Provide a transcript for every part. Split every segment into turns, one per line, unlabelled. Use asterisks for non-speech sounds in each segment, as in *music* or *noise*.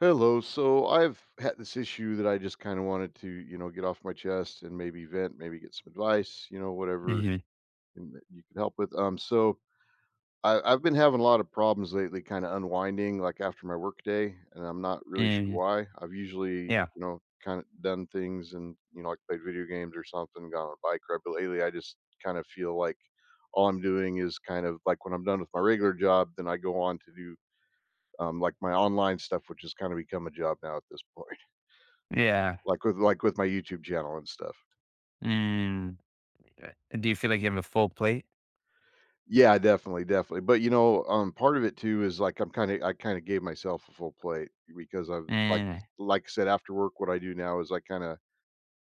Hello. So I've had this issue that I just kind of wanted to, you know, get off my chest and maybe vent, maybe get some advice, you know, whatever
Mhm,
and that you could help with. So I've been having a lot of problems lately, kind of unwinding, like after my work day, and I'm not really sure
mm,
why. I've usually,
yeah,
you know, kind of done things and you know, like played video games or something, gone on a bike ride. But lately, I just kind of feel like all I'm doing is kind of like when I'm done with my regular job, then I go on to do like my online stuff, which has kind of become a job now at this point.
yeah,
Like with my YouTube channel and stuff.
mm, uh, do you feel like you have a full plate?
Yeah, definitely, definitely. But, you know, part of it too is like I kinda gave myself a full plate because I've
Mm,
like I said, after work, what I do now is I kinda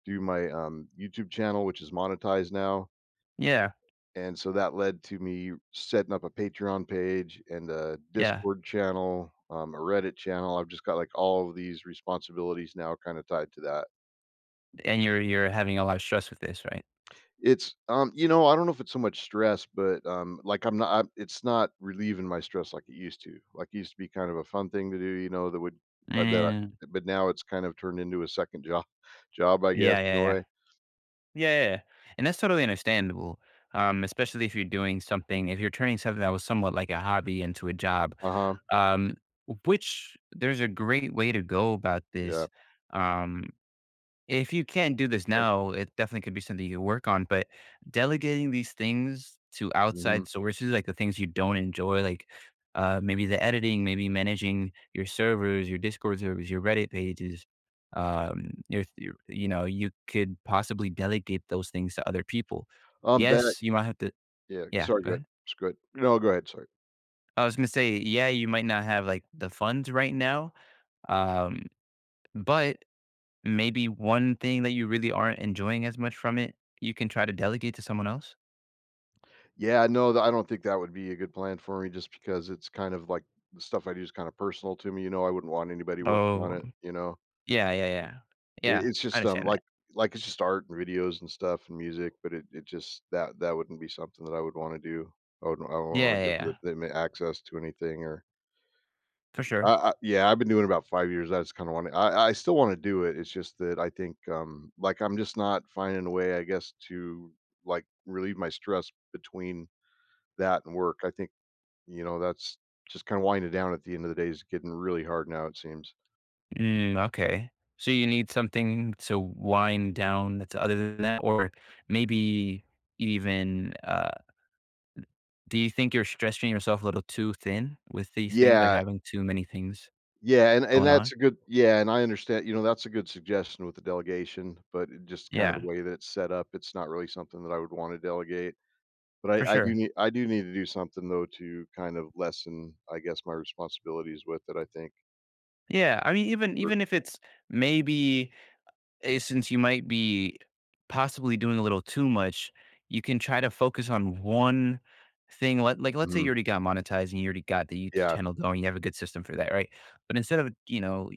do my, YouTube channel, which is monetized now,
yeah,
and so that led to me setting up a Patreon page and a
yeah,
Discord channel, a Reddit channel. I've just got, like, all of these responsibilities now kinda tied to that.
and you're having a lot of stress with this, right?
It's you know, I don't know if it's so much stress, but, like, I'm not I it's not relieving my stress like it used to. Like, it used to be kind of a fun thing to do, you know, that would that I
Mm,
but now it's kind of turned into a second job *laughs* job, I guess,
yeah,
in
yeah,
a
yeah.
way.
Yeah, yeah, yeah, and that's totally understandable, especially if you're doing something if you're turning something that was somewhat like a hobby into a job,
Uh-huh.
um, which there's a great way to go about
Yeah.
this, um If you can't do this
Okay.
now, it definitely could be something you work on, but delegating these things to
Mhm.
outside sources, like the things you don't enjoy, like, maybe the editing, maybe managing your servers, your Discord servers, your Reddit pages, your you could possibly delegate those things to other people.
That
Yes, you might have to.
yeah,
Yeah,
sorry,
go
go ahead.
ahead.
Just go No, go ahead, sorry.
I was gonna say, yeah, you might not have, like, the funds right now, um, but maybe one thing that you really aren't enjoying as much from it, you can try to delegate to someone else.
Yeah, no, th I don't think that would be a good plan for me just because it's kind of like the stuff I do is kind of personal to me, you know, I wouldn't want anybody working
Oh,
on it, you know?
yeah, yeah, yeah.
It
Yeah,
it's
I
just,
understand that.
like, it's just art and videos and stuff and music, but it just that wouldn't be something that I would wanna do. I wouldn't wanna
Yeah, yeah,
give
yeah,
th them access to anything or
for
I
sure.
I yeah, I've been doing it about 5 years, I just kinda wanna I still wanna do it, it's just that I think, like, I'm just not finding a way, I guess, to, like, relieve my stress between that and work. I think, you know, that's just kinda winding down at the end of the day is getting really hard now, it seems.
Mm, okay. So you need something to wind down that's other than that, or maybe even do you think you're stretching yourself a little too thin with these things, like
Yeah.
having too many things
Yeah, and
going
that's
on?
a good yeah, and I understand, you know, that's a good suggestion with the delegation, but it just kind of the
Yeah,
way that it's set up, it's not really something that I would want to delegate.
for
But I do
sure.
need I do need to do something though to kind of lessen, I guess, my responsibilities with it, I think.
Yeah, I mean, even
Or-
even if it's maybe since you might be possibly doing a little too much, you can try to focus on one thing. Let, like, let's say you
mhm.
already got monetized and you already got the YouTube
Yeah,
channel going. You have a good system for that, right? But instead of, you know,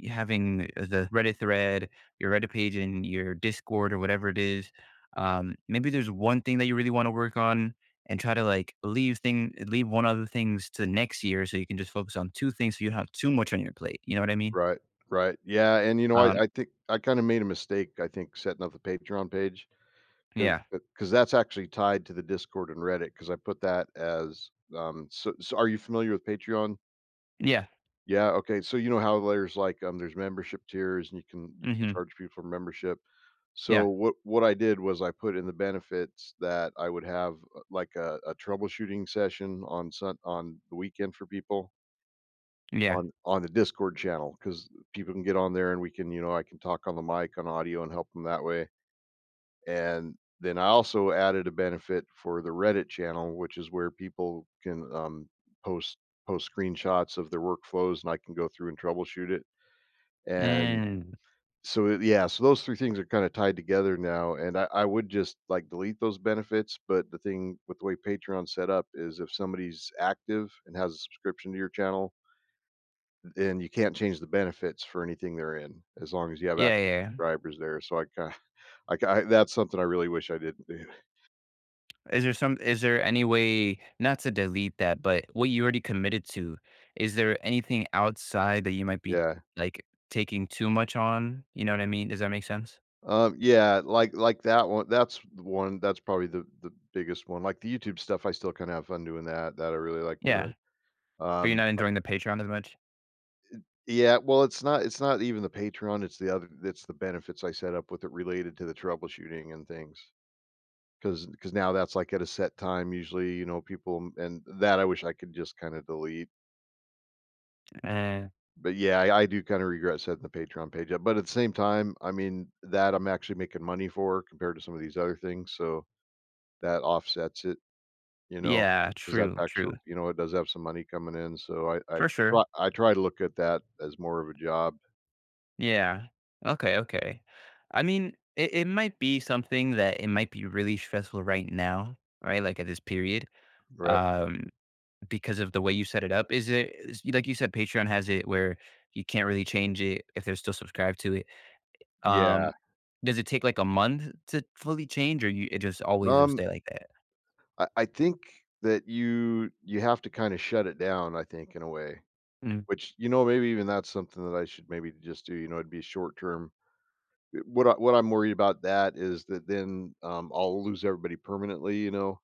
having the Reddit thread, your Reddit page, and your Discord or whatever it is, maybe there's one thing that you really want to work on and try to like leave one other things to next year so you can just focus on two things so you don't have too much on your plate. You know what I mean?
right, right. Yeah, and you know,
Um,
I think I kind of made a mistake, I think, setting up the Patreon page
yeah.
because that's actually tied to the Discord and Reddit because I put that as so, so are you familiar with Patreon?
Yeah.
Yeah, okay, so you know how there's, like, there's membership tiers and you can
Hmm.
charge people for membership.
Yeah.
So what I did was I put in the benefits that I would have, like, a troubleshooting session on Sun on the weekend for people
Yeah.
on the Discord channel because people can get on there and we can, you know, I can talk on the mic on audio and help them that way, and then I also added a benefit for the Reddit channel, which is where people can, post post screenshots of their workflows and I can go through and troubleshoot it. And
Mm.
yeah, so those 3 things are kinda tied together now, and I would just, like, delete those benefits, but the thing with the way Patreon's set up is if somebody's active and has a subscription to your channel, then you can't change the benefits for anything they're in, as long as you have
Yeah,
active
yeah, yeah.
subscribers there, so I that's something I really wish I didn't do.
Is there some is there any way not to delete that, but what you already committed to, is there anything outside that you might be,
Yeah.
like, taking too much on? You know what I mean? Does that make sense?
Yeah, like that one that's the one that's probably the biggest one, like, the YouTube stuff, I still kinda have fun doing that, that I really like doing.
Yeah. But you're
Um,
not
like
enjoying the Patreon as much?
Yeah, well, it's not even the Patreon, it's the other it's the benefits I set up with it related to the troubleshooting and things. Because now that's, like, at a set time usually, you know, people and that I wish I could just kinda delete.
Eh.
But, yeah, I do kinda regret setting the Patreon page up, but at the same time, I mean, that I'm actually making money for compared to some of these other things, so that offsets it, you know,
Yeah,
because that's
true, true.
actual you know, it does have some money coming in, so I I
For sure.
try I try to look at that as more of a job,
Yeah. Okay, okay. I mean, it might be something that it might be really stressful right now, right? Like, at this period.
right?
Um Because of the way you set it up? Is it is like you said, Patreon has it where you can't really change it if they're still subscribed to it. Um,
Yeah,
does it take, like, a month to fully change, or you it just always will
um
stay like that?
I think that you have to kinda shut it down, I think, in a way,
Mm,
which, you know, maybe even that's something that I should maybe just do, you know, it'd be short term. What I'm worried about that is that then, I'll lose everybody permanently, you know,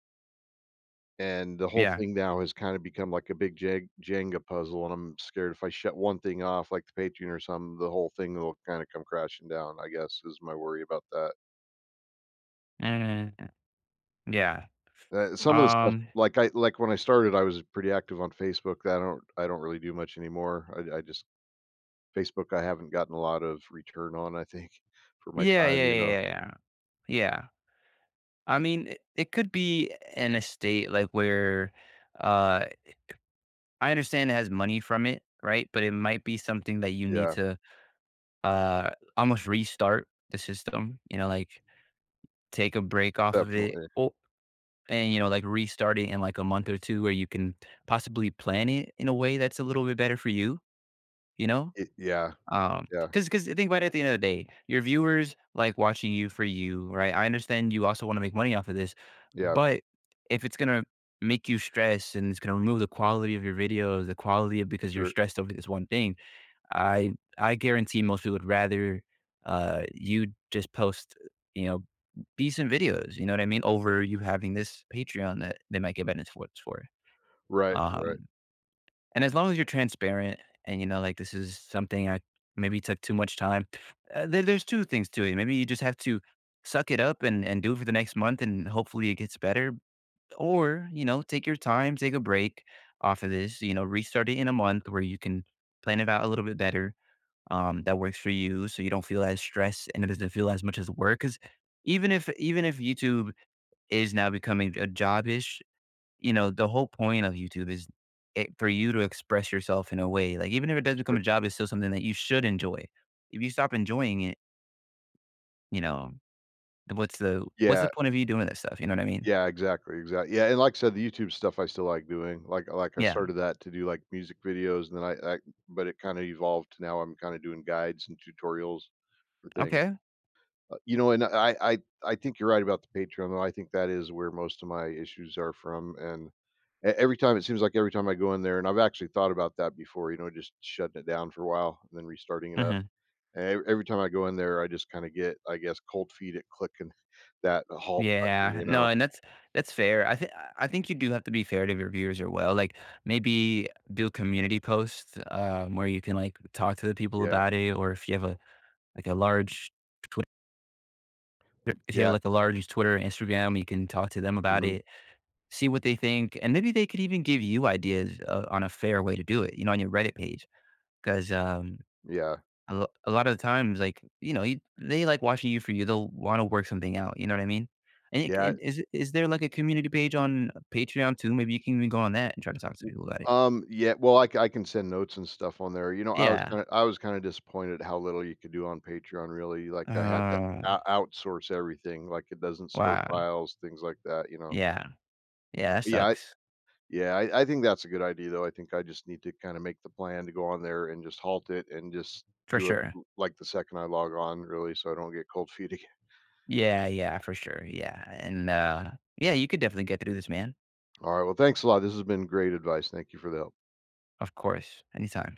and the whole
yeah.
thing now has kinda become like a big Jeg Jenga puzzle, and I'm scared if I shut one thing off, like the Patreon or something, the whole thing will kinda come crashing down, I guess, is my worry about that.
Mm, yeah.
Some of the stuff,
Um,
like I like when I started, I was pretty active on Facebook. I don't really do much anymore. I just Facebook. I haven't gotten a lot of return on. I think *laughs* for my
yeah, yeah,
time, you
yeah,
know.
yeah, yeah. Yeah. I mean, it could be in a state, like, where, uh I understand it has money from it, right? But it might be something that you need
Yeah,
to, uh, almost restart the system, you know, like take a break off of it,
definitely.
o and, you know, like, restart it in, like, a month or 2 where you can possibly plan it in a way that's a little bit better for you, you know?
It, yeah, yeah,
Because think about it, at the end of the day, your viewers like watching you for you, right? I understand you also wanna make money off of this,
yeah.
but if it's gonna make you stress and it's gonna remove the quality of your videos, the quality of because you're
Sure.
stressed over this one thing, I guarantee most people would rather you just post, you know, decent videos, you know what I mean, over you having this Patreon that they might get benefits for.
Right. Right.
Um and as long as you're transparent and you know like this is something I maybe took too much time. There's two things to it. Maybe you just have to suck it up and do it for the next month and hopefully it gets better or, you know, take your time, take a break off of this, you know, restart it in a month where you can plan it out a little bit better, that works for you so you don't feel as stressed and it doesn't feel as much as work. Because even if YouTube is now becoming a jobish, you know, the whole point of YouTube is for you to express yourself in a way. Like even if it does become
Sure.
a job, it's still something that you should enjoy. If you stop enjoying it, you know, then what's the
Yeah.
point of you doing that stuff? You know what I mean?
Yeah. Exactly. Exactly. Yeah. And like I said, the YouTube stuff I still like doing. Like I
Yeah.
started that to do like music videos, and then I but it kind of evolved to now I'm kind of doing guides and tutorials for things.
Okay.
You know, and I think you're right about the Patreon, though, I think that is where most of my issues are from, and e every time it seems like every time I go in there and I've actually thought about that before, you know, just shutting it down for a while and then restarting it up,
Mhm.
and ev every time I go in there, I just kinda get, I guess, cold feet at clicking *laughs* that halt button,
Yeah,
you
no,
know?
and that's fair. I think you do have to be fair to your viewers as well. Like maybe do community posts, where you can like talk to the people
Yeah.
about it, or if you have a like a large Twitter, if you have
Yeah.
like a large Twitter, Instagram, you can talk to them about
Mhm.
it, see what they think, and maybe they could even give you ideas, on a fair way to do it. You know, on your Reddit page, because
Yeah.
a lot of the times, like, you know, you they like watching you for you. They'll wanna work something out, you know what I mean? And it
Yeah.
and is there, like, a community page on Patreon too? Maybe you can even go on that and try to talk to
W
people about it.
Yeah, well, I can send notes and stuff on there, you know, I was
Yeah.
kinda I was kinda disappointed how little you could do on Patreon, really, like, I had to
Oh,
ou outsource everything, like, it doesn't store
wow.
files, things like that, you know?
Yeah. Yeah, that
But yeah, I
sucks.
yeah, I think that's a good idea, though, I think I just need to kinda make the plan to go on there and just halt it and just
For
do it,
sure.
l like, the second I log on, really, so I don't get cold feet *laughs* again.
Yeah, yeah, for sure, yeah, and, yeah, you could definitely get through this, man.
Alright, well, thanks a lot, this has been great advice, thank you for the help.
Of course, anytime.